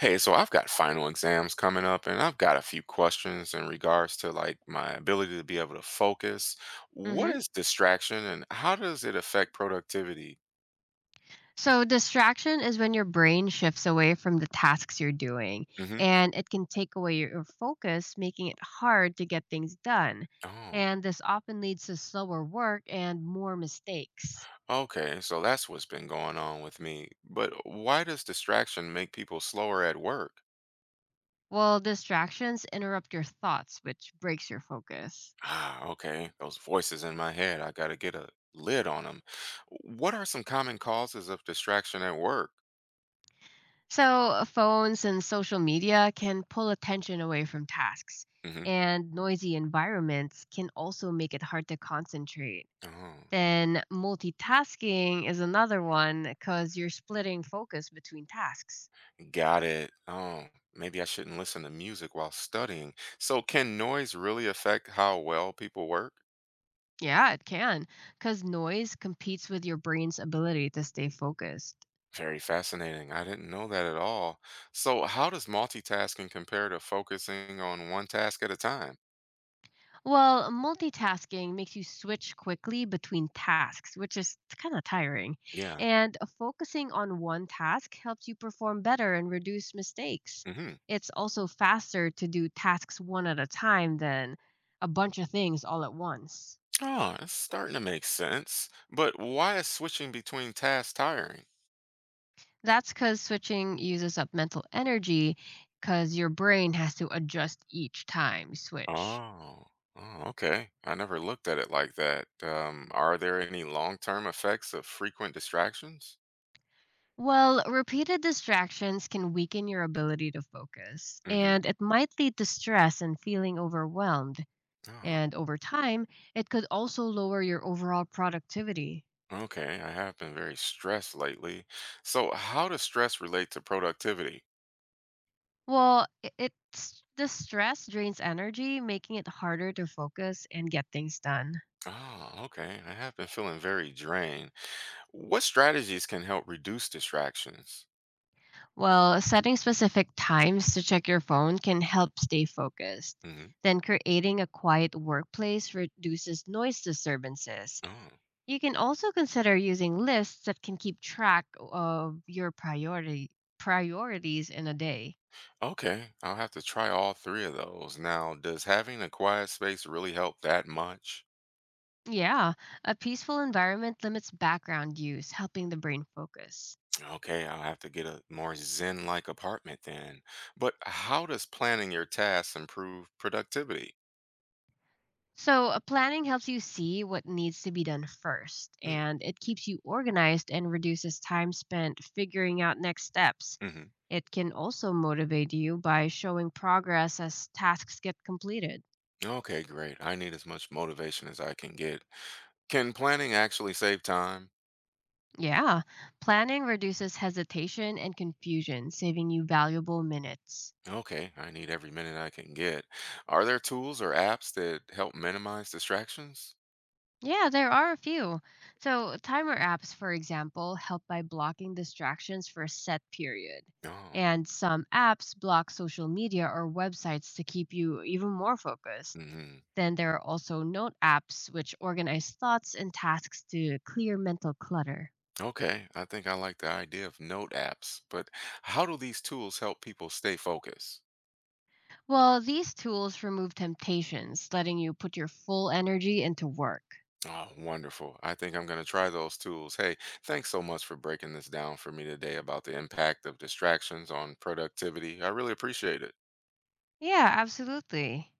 Hey, so I've got final exams coming up, and I've got a few questions in regards to like my ability to be able to focus. What Hmm. is distraction and how does it affect productivity? So, distraction is when your brain shifts away from the tasks you're doing, Hmm. and it can take away your focus, making it hard to get things done. Oh, And this often leads to slower work and more mistakes. okay. So that's what's been going on with me. But why does distraction make people slower at work? Well, distractions interrupt your thoughts, which breaks your focus. Ah, okay. Those voices in my head, I got to get a lid on them. What are some common causes of distraction at work? So, phones and social media can pull attention away from tasks, Hmm. and noisy environments can also make it hard to concentrate. Oh. Then multitasking is another one because you're splitting focus between tasks. Got it. Oh, maybe I shouldn't listen to music while studying. So, can noise really affect how well people work? Yeah, it can, because noise competes with your brain's ability to stay focused. Very fascinating. I didn't know that at all. So, how does multitasking compare to focusing on one task at a time? Well, multitasking makes you switch quickly between tasks, which is kind of tiring. Yeah. And focusing on one task helps you perform better and reduce mistakes. Hmm. It's also faster to do tasks one at a time than a bunch of things all at once. Oh, it's starting to make sense. But why is switching between tasks tiring? That's because switching uses up mental energy because your brain has to adjust each time you switch. Oh, oh, okay. I never looked at it like that. Are there any long-term effects of frequent distractions? Well, repeated distractions can weaken your ability to focus, Hmm. and it might lead to stress and feeling overwhelmed. Oh. And over time, it could also lower your overall productivity. Okay, I have been very stressed lately. So, how does stress relate to productivity? Well, it's the stress drains energy, making it harder to focus and get things done. Oh, okay. I have been feeling very drained. What strategies can help reduce distractions? Well, setting specific times to check your phone can help stay focused. Hmm. Then, creating a quiet workplace reduces noise disturbances. Oh, You can also consider using lists that can keep track of your priority priorities in a day. okay. I'll have to try all three of those. Now, does having a quiet space really help that much? Yeah, a peaceful environment limits background use, helping the brain focus. Okay, I'll have to get a more zen-like apartment then. But how does planning your tasks improve productivity? So, planning helps you see what needs to be done first, Mm. and it keeps you organized and reduces time spent figuring out next steps. Mm-hmm. It can also motivate you by showing progress as tasks get completed. Okay, great. I need as much motivation as I can get. Can planning actually save time? Yeah, planning reduces hesitation and confusion, saving you valuable minutes. Okay, I need every minute I can get. Are there tools or apps that help minimize distractions? Yeah, there are a few. So, timer apps, for example, help by blocking distractions for a set period. Oh. And some apps block social media or websites to keep you even more focused. Hmm. Then there are also note apps, which organize thoughts and tasks to clear mental clutter. Okay, I think I like the idea of note apps, but how do these tools help people stay focused? Well, these tools remove temptations, letting you put your full energy into work. Oh, wonderful. I think I'm going to try those tools. Hey, thanks so much for breaking this down for me today about the impact of distractions on productivity. I really appreciate it. Yeah, absolutely.